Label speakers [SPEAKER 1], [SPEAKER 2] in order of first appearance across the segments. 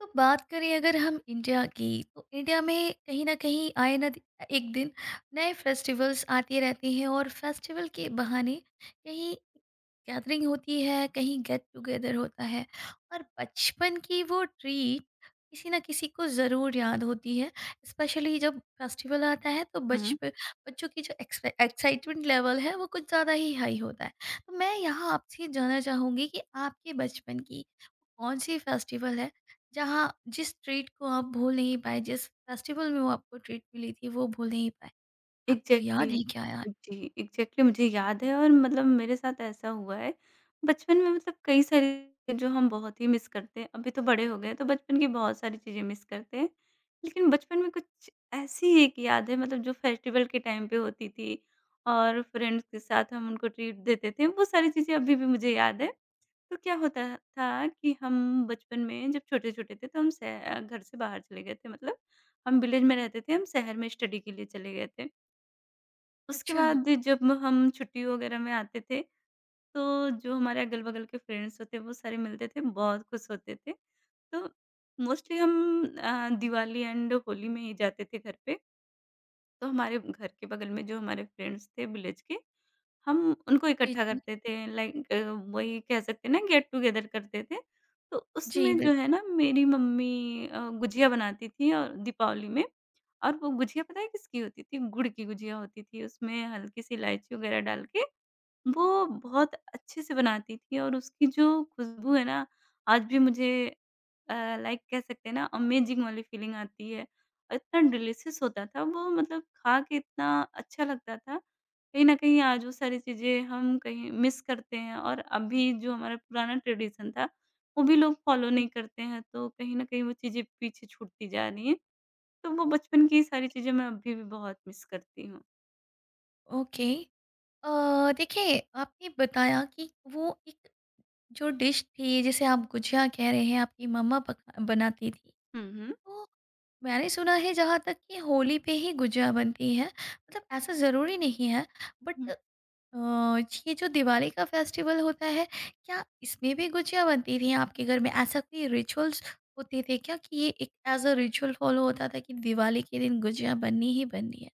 [SPEAKER 1] तो बात करें अगर हम इंडिया की, तो इंडिया में कहीं ना कहीं आए ना एक दिन नए फेस्टिवल्स आते रहते हैं और फेस्टिवल के बहाने कहीं गैदरिंग होती है, कहीं गेट टुगेदर होता है और बचपन की वो ट्रीट किसी ना किसी को ज़रूर याद होती है। स्पेशली जब फेस्टिवल आता है तो
[SPEAKER 2] हुँ।
[SPEAKER 1] बचपन बच्चों की जो एक्साइटमेंट लेवल है वो कुछ ज़्यादा ही हाई होता है। तो मैं यहाँ आपसे जानना चाहूँगी कि आपके बचपन की कौन सी फेस्टिवल है जहाँ जिस ट्रीट को आप भूल नहीं पाए, जिस फेस्टिवल में वो आपको ट्रीट मिली थी वो भूल नहीं पाए, आपको याद
[SPEAKER 2] एग्ज़ैक्टली।
[SPEAKER 1] है क्या यार?
[SPEAKER 2] जी, एग्ज़ैक्टली मुझे याद है और मतलब मेरे साथ ऐसा हुआ है। बचपन में मतलब कई सारी चीज़ें जो हम बहुत ही मिस करते हैं, अभी तो बड़े हो गए तो बचपन की बहुत सारी चीज़ें मिस करते हैं। लेकिन बचपन में कुछ ऐसी एक याद है मतलब जो फेस्टिवल के टाइम पे होती थी और फ्रेंड्स के साथ हम उनको ट्रीट देते थे, वो सारी चीज़ें अभी भी मुझे याद है। तो क्या होता था कि हम बचपन में जब छोटे-छोटे थे तो हम शह घर से बाहर चले गए थे, मतलब हम विलेज में रहते थे, हम शहर में स्टडी के लिए चले गए थे। उसके
[SPEAKER 1] अच्छा,
[SPEAKER 2] बाद जब हम छुट्टी वगैरह में आते थे, तो जो हमारे अगल-बगल के फ्रेंड्स होते, वो सारे मिलते थे, बहुत खुश होते थे। तो मोस्टली हम दिवाली एंड होली में ही जाते थे घर पे। तो हमारे घर के बगल में जो हमारे फ्रेंड्स थे विलेज के, हम उनको
[SPEAKER 1] जी,
[SPEAKER 2] इकट्ठा
[SPEAKER 1] जी।
[SPEAKER 2] करते थे, लाइक वही कह सकते हैं ना, गेट टुगेदर करते थे। तो
[SPEAKER 1] जी,
[SPEAKER 2] उसमें जो
[SPEAKER 1] बिल्कुल,
[SPEAKER 2] है ना, मेरी मम्मी गुझिया बनाती थी और दीपावली में। और वो गुझिया पता है किसकी होती थी? गुड़ की गुझिया होती थी। उसमें हल्की-सी इलायची वगैरह डाल के वो बहुत अच्छे से बनाती थी और उसकी जो खुशबू है ना, आज भी मुझे अ, लाइक कह सकते हैं ना, अमेज़िंग वाली फ़ीलिंग आती है। और इतना डिलीशियस होता था वो, मतलब खा के इतना अच्छा लगता था। कहीं न कहीं आज वो सारी चीज़ें हम कहीं मिस करते हैं और अभी जो हमारा पुराना ट्रेडिशन था, वो भी लोग फ़ॉलो नहीं
[SPEAKER 1] जी,
[SPEAKER 2] करते हैं, तो कहीं न कहीं वो चीज़ें पीछे छूटती जा रही हैं। तो वो बचपन की सारी चीज़ें मैं अभी भी बहुत मिस करती हूँ।
[SPEAKER 1] ओके। देखिए आपने बताया कि वो एक जो डिश थी जिसे आप गुजिया कह रहे हैं आपकी मम्मा पका बनाती थी,
[SPEAKER 2] हुँ,
[SPEAKER 1] तो मैंने सुना है जहाँ तक कि होली पे ही गुजिया बनती है, मतलब ऐसा ज़रूरी नहीं है, बट
[SPEAKER 2] हुँ।
[SPEAKER 1] अ, ये जो दिवाली का फेस्टिवल होता है क्या इसमें भी गुजिया बनती थी आपके घर में? ऐसा कोई रिचुअल्स होते थे क्या कि ये एक एज़ अ रिचुअल फॉलो होता था कि दिवाली के दिन गुजिया बननी ही बननी है?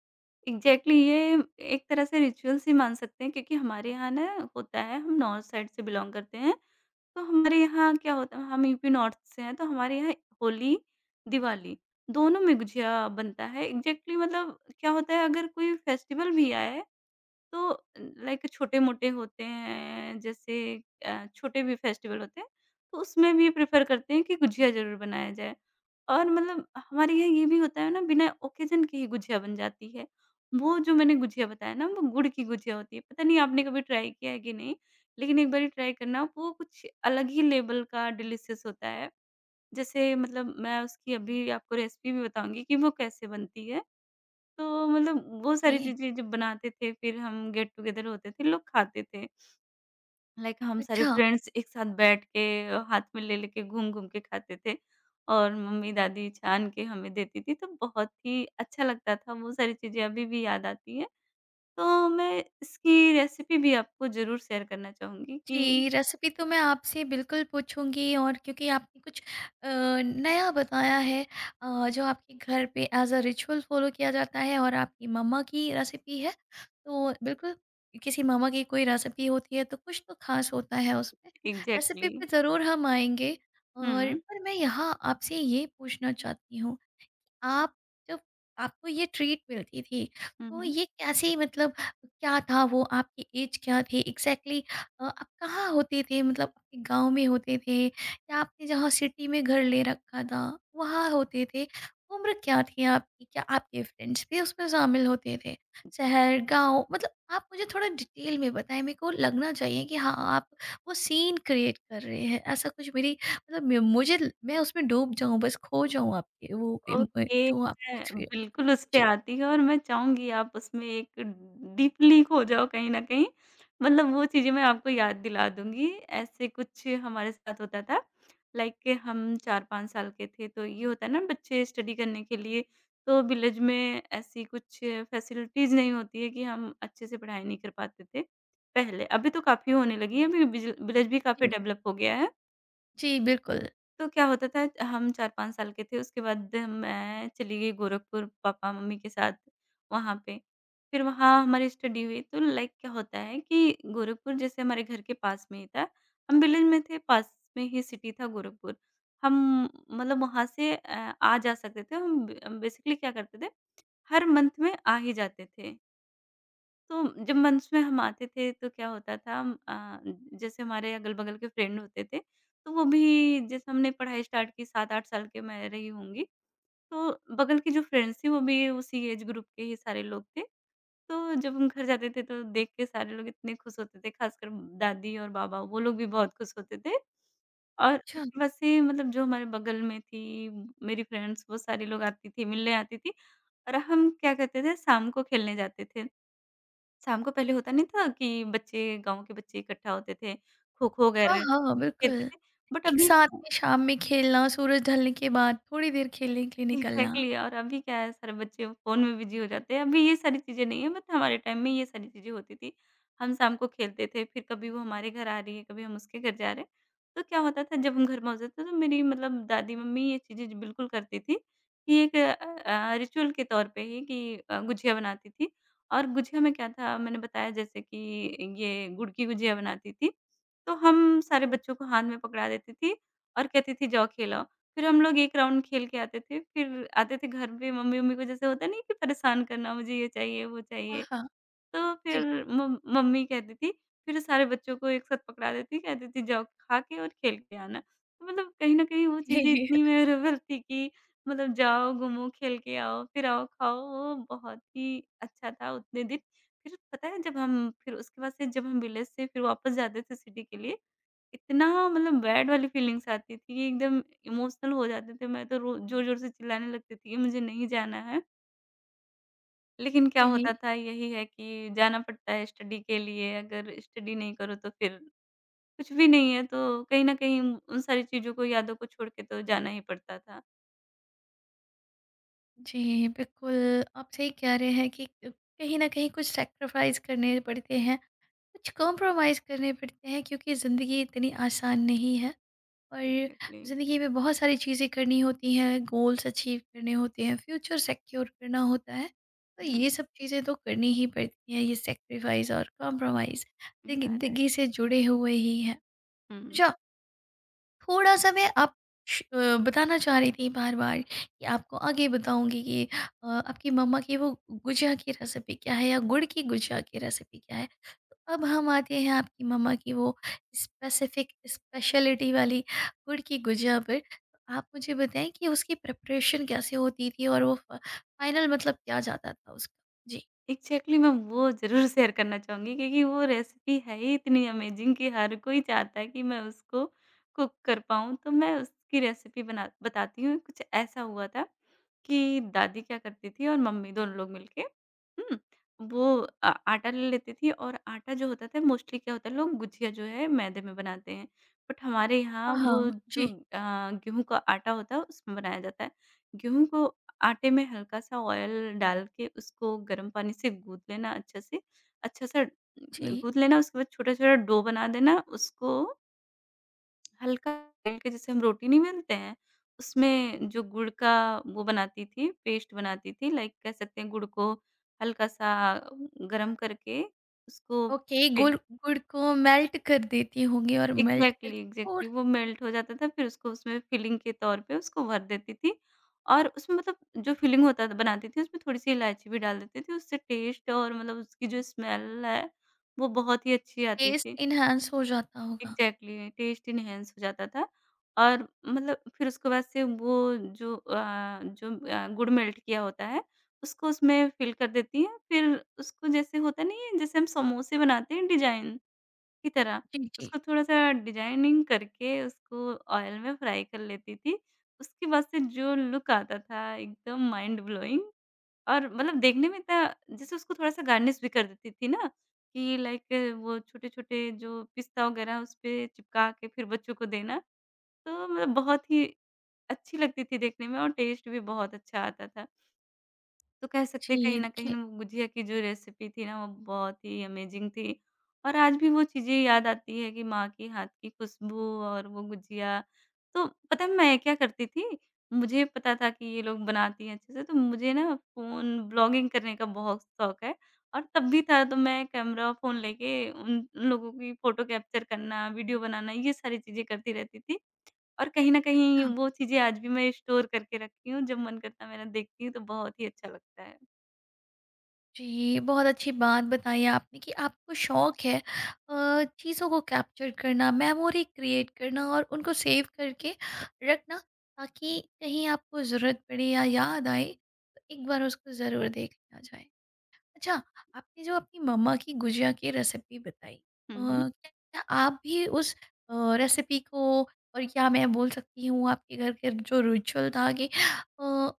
[SPEAKER 2] एग्ज़ैक्टली, ये एक तरह से रिचुअल्स ही मान सकते हैं, क्योंकि हमारे यहाँ ना होता है, हम नॉर्थ साइड से बिलॉन्ग करते हैं। तो हमारे यहाँ क्या होता है, हम यूपी नॉर्थ से हैं, तो हमारे यहाँ होली, दिवाली दोनों में गुझिया बनता है। एग्ज़ैक्टली, मतलब क्या होता है अगर कोई फेस्टिवल भी आए, तो लाइक छोटे-मोटे होते हैं, जैसे छोटे भी फेस्टिवल होते हैं, तो उसमें भी प्रेफ़र करते हैं कि गुझिया ज़रूर बनाया जाए। और मतलब हमारे यहाँ ये भी होता है ना, बिना ओकेज़न के ही गुझिया बन जाती है। वो जो मैंने गुझिया बताया ना, वो गुड़ की गुझिया होती है, पता नहीं आपने कभी ट्राई किया है कि नहीं? लेकिन एक बारी ट्राई करना, वो कुछ अलग ही लेवल का डिलीशियस होता है। जैसे, मतलब मैं उसकी अभी आपको रेसिपी भी बताऊँगी कि वो कैसे बनती है। तो मतलब वो सारी
[SPEAKER 1] ओके,
[SPEAKER 2] चीज़ें जब बनाते थे, फिर हम गेट-टुगेदर होते थे, लोग खाते थे। लाइक हम सारे
[SPEAKER 1] अच्छा।
[SPEAKER 2] फ्रेंड्स एक साथ बैठ के, हाथ में ले-ले के, घूम-घूम के खाते थे और मम्मी-दादी छान के हमें देती थी, तो बहुत ही अच्छा लगता था। वो सारी चीज़ें अभी भी याद आती हैं। तो मैं इसकी रेसिपी भी आपको ज़रूर शेयर करना चाहूँगी कि,
[SPEAKER 1] जी, रेसिपी तो मैं आपसे बिल्कुल पूछूँगी और क्योंकि आपने कुछ नया बताया है, जो आपके घर पे एज़ अ रिचुअल फ़ॉलो किया जाता है और आपकी मम्मा की रेसिपी है, तो बिल्कुल किसी मम्मा की कोई रेसिपी होती है तो कुछ तो ख़ास होता है उसमें। Recipe
[SPEAKER 2] exactly.
[SPEAKER 1] पे ज़रूर हम आएँगे, और
[SPEAKER 2] हुँ,
[SPEAKER 1] पर मैं यहाँ आपसे ये पूछना चाहती हूँ, आप जब आपको ये ट्रीट मिलती थी
[SPEAKER 2] हुँ,
[SPEAKER 1] तो
[SPEAKER 2] हुँ।
[SPEAKER 1] ये कैसे मतलब क्या था, वो आपकी एज क्या थी एग्जैक्टली, आप कहाँ होते थे, मतलब आपके गांव में होते थे या आपने जहाँ सिटी में घर ले रखा था वहाँ होते थे, उम्र क्या थी आपकी, क्या आपके फ्रेंड्स भी उसमें शामिल होते थे, शहर गांव मतलब आप मुझे थोड़ा डिटेल में बताएं, मेरे को लगना चाहिए कि हाँ आप वो सीन क्रिएट कर रहे हैं, ऐसा कुछ मेरी मतलब मैं मुझे ल मैं उसमें डूब जाऊँ, बस खो जाऊँ, आपके वो
[SPEAKER 2] ओके,
[SPEAKER 1] जो आपका
[SPEAKER 2] मैं
[SPEAKER 1] एक्सपीरियंस।
[SPEAKER 2] बिल्कुल उस पे
[SPEAKER 1] जी।
[SPEAKER 2] आती है और मैं चाहूँगी आप उसमें एक डीपली खो जाओ कहीं न कहीं। मतलब वो चीज़ें मैं आपको याद दिला दूँगी। ऐसे कुछ हमारे साथ होता था, लाइक हम 4-5 साल के थे, तो ये होता है ना, बच्चे स्टडी करने के लिए, तो विलेज में ऐसी कुछ फैसिलिटीज़ नहीं होती है कि हम अच्छे से पढ़ाई नहीं कर पाते थे पहले। अभी तो काफ़ी होने लगी है, अभी विज विलेज भी काफ़ी
[SPEAKER 1] जी।
[SPEAKER 2] डेवलप हो गया है।
[SPEAKER 1] जी, बिल्कुल।
[SPEAKER 2] तो क्या होता था, हम 4-5 साल के थे, उसके बाद मैं चली गई गोरखपुर पापा-मम्मी के साथ वहाँ पे। फिर वहाँ हमारी स्टडी हुई, तो लाइक क्या होता है कि गोरखपुर जैसे हमारे घर के पास में ही था, हम विलेज में थे, पास में ही सिटी था गोरखपुर। हम, मतलब वहाँ से आ जा सकते थे, हम बे बेसिकली क्या करते थे, हर मंथ में आ ही जाते थे। तो जब मंच में हम आते थे, तो क्या होता था, हम जैसे हमारे अगल-बगल के फ्रेंड होते थे, तो वो भी, जैसे हमने पढ़ाई स्टार्ट की 7-8 साल के मैं रही होंगी, तो बगल की जो फ्रेंड्स थी वो भी उसी एज ग्रुप के ही सारे लोग थे। तो जब हम घर जाते थे तो देख के सारे लोग इतने खुश होते थे, ख़ासकर दादी और बाबा, वो लोग भी बहुत खुश होते थे। और
[SPEAKER 1] अच्छा,
[SPEAKER 2] उसके बाद से, मतलब जो हमारे बगल में थी मेरी फ्रेंड्स, वो सारे लोग आती थी, मिलने आती थी, और हम क्या करते थे, शाम को खेलने जाते थे। शाम को पहले होता नहीं था कि बच्चे, गाँव के बच्चे इकट्ठा होते थे, खो-खो
[SPEAKER 1] हाँ,
[SPEAKER 2] वगैरह
[SPEAKER 1] हाँ,
[SPEAKER 2] खेलते
[SPEAKER 1] बिल्कुल।
[SPEAKER 2] थे, बट
[SPEAKER 1] एक
[SPEAKER 2] अभी,
[SPEAKER 1] साथ में शाम में खेलना, सूरज ढलने के बाद थोड़ी देर खेलने के लिए निकलना।
[SPEAKER 2] एग्ज़ैक्टली, और अभी क्या है, सारे बच्चे फ़ोन में बिज़ी हो जाते हैं। अभी ये सारी चीज़ें नहीं है, बट हमारे टाइम में ये सारी चीज़ें होती थी। हम शाम को खेलते थे, फिर कभी वो हमारे घर आ रही है, कभी हम उसके घर जा रहे हैं। तो क्या होता था जब हम घर में होते थे, तो मेरी, मतलब दादी मम्मी ये चीज़ें ज बिल्कुल करती थी कि एक रिचुअल के तौर पे ही कि गुझिया बनाती थी, और गुझिया में क्या था, मैंने बताया जैसे कि ये गुड़ की गुझिया बनाती थी। तो हम सारे बच्चों को हाथ में पकड़ा देती थी और कहती थी जाओ खेलो। फिर हम लोग 1 राउंड खेल के आते थे, फिर आते थे घर पे, मम्मी-वम्मी को जैसे होता नहीं, कि परेशान करना, मुझे ये चाहिए, वो
[SPEAKER 1] हाँ,
[SPEAKER 2] चाहिए।
[SPEAKER 1] हाँ।
[SPEAKER 2] तो फिर
[SPEAKER 1] जी।
[SPEAKER 2] मम मम्मी कहती थी, फिर सारे बच्चों को एक साथ पकड़ा देती, कहती थी जाओ खा के और खेल के आना। तो मतलब कहीं न कहीं वो चीज़ें इतनी मेमोरेबल थी कि, मतलब जाओ, घूमो, खेल के आओ, फिर आओ खाओ, वो बहुत ही अच्छा था उतने दिन। फिर पता है जब हम, फिर उसके बाद से जब हम विलेज से फिर वापस जाते थे सिटी के लिए, इतना मतलब बैड वाली फीलिंग्स आती थी कि एकदम इमोशनल हो जाते थे। मैं तो रो ज़ोर-ज़ोर से चिल्लाने लगती थी कि मुझे नहीं जाना है। लेकिन क्या
[SPEAKER 1] जी।
[SPEAKER 2] होता था, यही है कि जाना पड़ता है स्टडी के लिए, अगर स्टडी नहीं करो तो फिर कुछ भी नहीं है। तो कहीं न कहीं उन सारी चीज़ों को, यादों को छोड़ के तो जाना ही पड़ता था।
[SPEAKER 1] जी, बिल्कुल, आप सही कह रहे हैं कि कहीं न कहीं कुछ सैक्रिफ़ाइस करने पड़ते हैं, कुछ कॉम्प्रोमाइज़ करने पड़ते हैं क्योंकि ज़िंदगी इतनी आसान नहीं है, और
[SPEAKER 2] एग्ज़ैक्टली।
[SPEAKER 1] ज़िंदगी में बहुत सारी चीज़ें करनी होती हैं, गोल्स अचीव करने होते हैं, फ्यूचर सिक्योर करना होता है। तो ये
[SPEAKER 2] हुँ।
[SPEAKER 1] सब चीज़ें तो करनी ही पड़ती हैं, ये सैक्रिफ़ाइज़ और कॉम्प्रोमाइज़
[SPEAKER 2] हुँ। या राइट।
[SPEAKER 1] ज़िंदगी से जुड़े हुए ही हैं।
[SPEAKER 2] हुँ।
[SPEAKER 1] अच्छा, थोड़ा-सा मैं बताना चाह रही थी बार-बार कि आपको आगे बताऊँगी कि आपकी मम्मा की वो गुजिया की रेसिपी क्या है या गुड़ की गुजिया की रेसिपी क्या है। तो अब हम आते हैं आपकी मम्मा की वो स्पेसिफ़िक स्पेशलिटी वाली गुड़ की गुजिया पर। तो आप मुझे बताएँ कि उसकी प्रिपरेशन कैसे होती थी और वो फ फाइनल मतलब क्या जाता था उसका? जी।
[SPEAKER 2] एक्ज़ैक्टली, मैं वो ज़रूर शेयर करना चाहूँगी, क्योंकि वो रेसिपी है ही इतनी अमेज़िंग कि हर कोई चाहता है कि मैं उसको कुक कर पाऊँ। तो मैं उसकी रेसिपी बना बताती हूँ। कुछ ऐसा हुआ था कि दादी क्या करती थी, और मम्मी, दोनों लोग मिलके, हुँ, वो आटा ले लेती थी। और आटा जो होता था, मोस्टली क्या होता है, लोग गुझिया जो है मैदे में बनाते हैं। बट हमारे
[SPEAKER 1] हाँ,
[SPEAKER 2] यहाँ वो
[SPEAKER 1] हाँ। जी।
[SPEAKER 2] जो गेहूँ का आटा होता है, उसमें बनाया जाता है। गेहूँ को, आटे में हल्का-सा ऑयल डाल के, उसको गर्म पानी से गूँथ लेना अच्छे से, अच्छा-सा
[SPEAKER 1] जी।
[SPEAKER 2] गूँथ लेना, उसके बाद छोटा-छोटा डो बना देना, उसको हल्का बेल के, जैसे हम रोटी नहीं बेलते हैं, उसमें जो गुड़ का वो बनाती थी, पेस्ट बनाती थी, लाइक कह सकते हैं गुड़ को हल्का-सा गरम करके उसको
[SPEAKER 1] ओके,
[SPEAKER 2] पे,
[SPEAKER 1] गुड़ गुड़ को मेल्ट कर देती होंगी और मेल्ट
[SPEAKER 2] एग्ज़ैक्टली,
[SPEAKER 1] करके
[SPEAKER 2] एग्ज़ैक्टली
[SPEAKER 1] थोड़ा
[SPEAKER 2] वो मेल्ट हो जाता था, फिर उसको उसमें फिलिंग के तौर पे उसको भर देती थी। और उसमें, मतलब जो फिलिंग होता था बनाती थी, उसमें थोड़ी-सी इलायची भी डाल देती थी, उससे टेस्ट, और मतलब उसकी जो स्मेल है, वो बहुत ही अच्छी आती
[SPEAKER 1] टेस्ट
[SPEAKER 2] थी।
[SPEAKER 1] एनहांस हो जाता होगा।
[SPEAKER 2] एग्ज़ैक्टली, टेस्ट एनहांस हो जाता था। और मतलब फिर उसके बाद से वो जो गुड़ मेल्ट किया होता है, उसको उसमें फिल कर देती हैं। फिर उसको, जैसे होता नहीं है, जैसे हम समोसे बनाते हैं डिज़ाइन की तरह,
[SPEAKER 1] जी, जी।
[SPEAKER 2] उसको थोड़ा-सा डिजाइनिंग करके उसको ऑयल में फ्राई कर लेती थी। उसके बाद से जो लुक आता था, एकदम माइंड ब्लोइंग, और मतलब देखने में इतना, जैसे उसको थोड़ा-सा गार्निश भी कर देती थी ना कि, लाइक वो छोटे-छोटे जो पिस्ता वगैरह उस पे चिपका के फिर बच्चों को देना, तो मतलब बहुत ही अच्छी लगती थी देखने में और टेस्ट भी बहुत अच्छा आता था। तो कह सकते
[SPEAKER 1] जी,
[SPEAKER 2] हैं कहीं न कहीं
[SPEAKER 1] देखिए।
[SPEAKER 2] ना, वो गुझिया की जो रेसिपी थी ना, वो बहुत ही अमेज़िंग थी। और आज भी वो चीज़ें याद आती है कि माँ के हाथ की खुशबू और वो गुझिया। तो पता है मैं क्या करती थी, मुझे पता था कि ये लोग बनाती हैं अच्छे से, तो मुझे ना फ़ोन ब्लॉगिंग करने का बहुत शौक है, और तब भी था, तो मैं कैमरा फ़ोन लेके उन उन लोगों की फ़ोटो कैप्चर करना, वीडियो बनाना, ये सारी चीज़ें करती रहती थी। और कहीं न कहीं
[SPEAKER 1] अच्छा।
[SPEAKER 2] वो चीज़ें आज भी मैं स्टोर करके रखी हूँ, जब मन करता है मेरा देखती हूँ तो बहुत ही अच्छा लगता है।
[SPEAKER 1] जी, बहुत अच्छी बात बताई आपने कि आपको शौक है चीज़ों को कैप्चर करना, मेमोरी क्रिएट करना और उनको सेव करके रखना ताकि कहीं आपको ज़रूरत पड़े या याद आए, तो एक बार उसको ज़रूर देख लिया जाए। अच्छा, आपने जो अपनी मम्मा की गुजिया की रेसिपी बताई,
[SPEAKER 2] हुँ, हुँ।
[SPEAKER 1] क्या क्या आप भी उस रेसिपी को और क्या मैं बोल सकती हूँ आपके घर के जो रिचुअल था कि अ,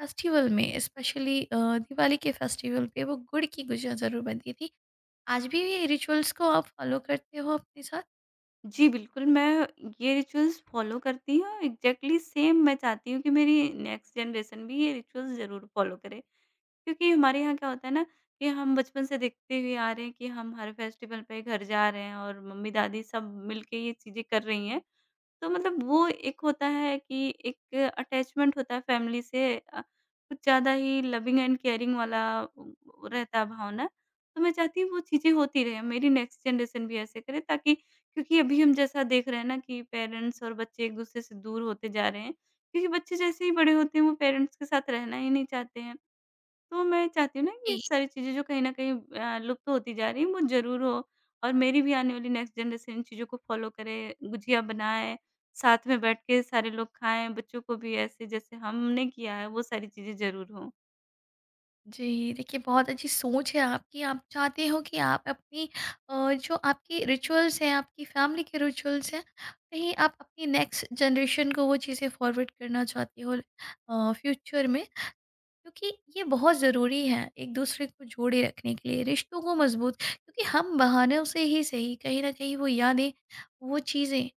[SPEAKER 1] फेस्टिवल में स्पेशली दिवाली के फेस्टिवल पे वो गुड़ की गुजिया ज़रूर बनती थी। आज भी ये रिचुअल्स को आप फॉलो करते हो अपने साथ?
[SPEAKER 2] जी, बिल्कुल, मैं ये रिचुअल्स फ़ॉलो करती हूँ, एग्ज़ैक्टली सेम मैं चाहती हूँ कि मेरी नेक्स्ट जनरेशन भी ये रिचुअल्स ज़रूर फ़ॉलो करे। क्योंकि हमारे यहाँ क्या होता है ना, कि हम बचपन से देखते हुए आ रहे हैं कि हम हर फेस्टिवल पे घर जा रहे हैं और मम्मी-दादी सब मिलके ये चीज़ें कर रही हैं। तो मतलब वो एक होता है कि एक अटैचमेंट होता है फैमिली से, कुछ ज़्यादा ही लविंग एंड केयरिंग वाला वो रहता है भावना। तो मैं चाहती हूँ वो चीज़ें होती रहें, मेरी नेक्स्ट जनरेशन भी ऐसे करे, ताकि, क्योंकि अभी हम जैसा देख रहे हैं ना कि पेरेंट्स और बच्चे एक-दूसरे से दूर होते जा रहे हैं, क्योंकि बच्चे जैसे ही बड़े होते हैं वो पेरेंट्स के साथ रहना ही नहीं चाहते हैं। तो मैं चाहती हूँ ना कि ये सारी चीज़ें जो कहीं न कहीं लुप्त होती जा रही हैं, वो ज़रूर हो, और मेरी भी आने वाली नेक्स्ट जनरेशन इन चीज़ों को फ़ॉलो करे, गुझिया बनाए, साथ में बैठ के सारे लोग खाएँ, बच्चों को भी ऐसे जैसे हमने किया है वो सारी चीज़ें ज़रूर हों।
[SPEAKER 1] जी, देखिए, बहुत अच्छी सोच है आपकी। आप चाहते हो कि आप अपनी जो आपकी रिचुअल्स हैं, आपकी फैमिली के रिचुअल्स हैं, कहीं आप अपनी नेक्स्ट जनरेशन को वो चीज़ें फॉरवर्ड करना चाहते हो फ्यूचर में, क्योंकि ये बहुत ज़रूरी है एक-दूसरे को जोड़े रखने के लिए, रिश्तों को मज़बूत, क्योंकि हम बहानों से ही सही, कहीं न कहीं वो यादें, वो चीज़ें,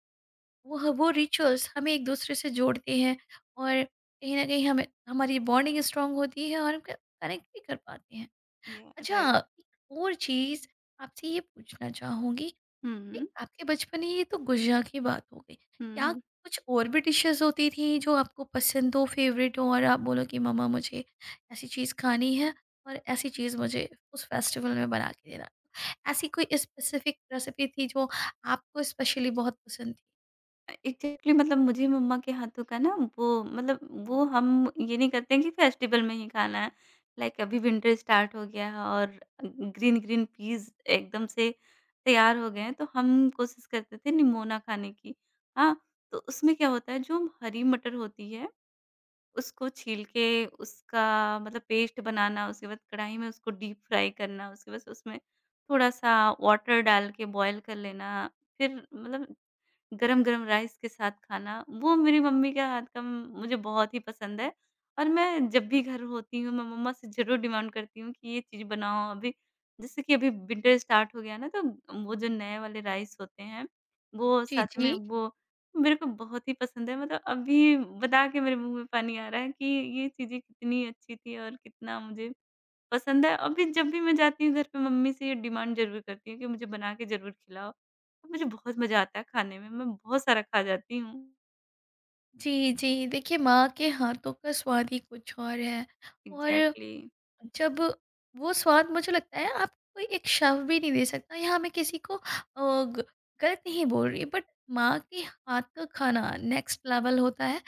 [SPEAKER 1] वो रिचुअल्स हमें एक-दूसरे से जोड़ते हैं और कहीं न कहीं हमें हमारी बॉन्डिंग स्ट्रॉन्ग होती है और हम क कनेक्ट भी कर पाते हैं।
[SPEAKER 2] या राइट।
[SPEAKER 1] अच्छा, एक और चीज़ आपसे ये पूछना चाहूँगी
[SPEAKER 2] हुँ,
[SPEAKER 1] कि
[SPEAKER 2] हुँ।
[SPEAKER 1] आपके बचपन में ये तो गुजिया की बात हो गई।
[SPEAKER 2] हुँ,
[SPEAKER 1] क्या
[SPEAKER 2] हुँ।
[SPEAKER 1] कुछ और भी डिशेज़ होती थी जो आपको पसंद हो, फ़ेवरेट हो और आप बोलो कि मम्मा मुझे ऐसी चीज़ खानी है और ऐसी चीज़ मुझे उस फेस्टिवल में बना के देना। ऐसी कोई स्पेसिफ़िक रेसिपी थी जो आपको स्पेशली बहुत पसंद थी?
[SPEAKER 2] एक्जेक्टली, मतलब मुझे मम्मा के हाथों का ना, वो मतलब, वो हम ये नहीं करते हैं कि फेस्टिवल में ही खाना है। लाइक अभी विंटर स्टार्ट हो गया है और ग्रीन ग्रीन पीज़ एकदम से तैयार हो गए हैं, तो हम कोशिश करते थे निमोना खाने की। हाँ, तो उसमें क्या होता है, जो हरी मटर होती है, उसको छील के उसका मतलब पेस्ट बनाना, उसके बाद कढ़ाई में उसको डीप फ्राई करना, उसके बाद उसमें थोड़ा-सा वाटर डाल के बॉयल कर लेना। फिर मतलब गरम-गरम राइस के साथ खाना, वो मेरी मम्मी के हाथ का मुझे बहुत ही पसंद है, और मैं जब भी घर होती हूँ, मैं मम्मा से ज़रूर डिमांड करती हूँ कि ये चीज़ बनाओ अभी। जैसे कि अभी विंटर स्टार्ट हो गया ना, तो वो जो नए वाले राइस होते हैं, वो
[SPEAKER 1] जी,
[SPEAKER 2] साथ
[SPEAKER 1] जी।
[SPEAKER 2] में, वो मेरे को बहुत ही पसंद है। मतलब अभी बता के मेरे मुँह में पानी आ रहा है कि ये चीज़ें कितनी अच्छी थी और कितना मुझे पसंद है, और फिर जब भी मैं जाती हूँ घर पे, मम्मी से ये डिमांड ज़रूर करती हूँ कि मुझे बना के ज़रूर खिलाओ। तो मुझे बहुत मज़ा आता है खाने में, मैं बहुत सारा खा जाती हूँ।
[SPEAKER 1] जी, जी। देखिए, माँ के हाथों का स्वाद ही कुछ और है और
[SPEAKER 2] एग्ज़ैक्टली,
[SPEAKER 1] जब वो स्वाद, मुझे लगता है आप कोई एक शव भी नहीं दे सकता, यहाँ मैं किसी को ग- गलत नहीं बोल रही, बट माँ के हाथ का खाना नेक्स्ट लेवल होता है,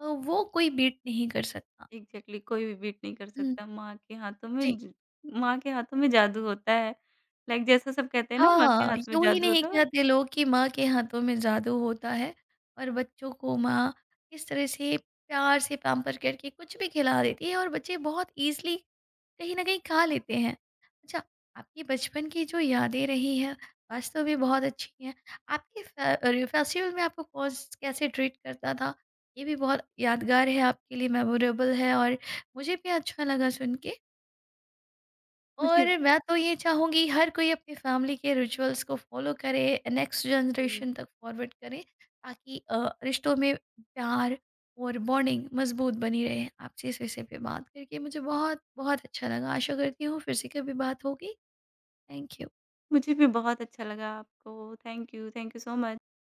[SPEAKER 1] वो कोई बीट नहीं कर सकता।
[SPEAKER 2] एग्ज़ैक्टली, कोई भी बीट नहीं कर
[SPEAKER 1] हम्म,
[SPEAKER 2] सकता, माँ के हाथों
[SPEAKER 1] जी।
[SPEAKER 2] में ज माँ के हाथों में जादू होता है। लाइक जैसा सब कहते हैं ना, माँ के
[SPEAKER 1] हाँ,
[SPEAKER 2] हाथ में
[SPEAKER 1] यूं ही
[SPEAKER 2] जादू
[SPEAKER 1] नहीं
[SPEAKER 2] होता है,
[SPEAKER 1] कहते लोग कि माँ के हाथों में जादू होता है और बच्चों को माँ इस तरह से प्यार से पैम्पर करके कुछ भी खिला देती है और बच्चे बहुत ईजिली कहीं न कहीं खा लेते हैं। अच्छा, आपकी बचपन की जो यादें रही हैं, वास्तव में बहुत अच्छी हैं। आपके फे अरे फेस्टिवल में आपको कौन स कैसे ट्रीट करता था? ये भी बहुत यादगार है आपके लिए, मेमोरेबल है और मुझे भी अच्छा लगा सुन के।
[SPEAKER 2] मुझे
[SPEAKER 1] और मैं तो ये चाहूँगी हर कोई अपनी फैमिली के रिचुअल्स को फॉलो करे, नेक्स्ट
[SPEAKER 2] हुँ,
[SPEAKER 1] जनरेशन तक फॉरवर्ड करे ताकि रिश्तों में प्यार और बॉन्डिंग मज़बूत बनी रहे। आपसे इस विषय पे बात करके मुझे बहुत-बहुत अच्छा लगा। आशा करती हूँ फिर से कभी बात होगी। Thank you.
[SPEAKER 2] मुझे भी बहुत अच्छा लगा। आपको थैंक यू सो मच।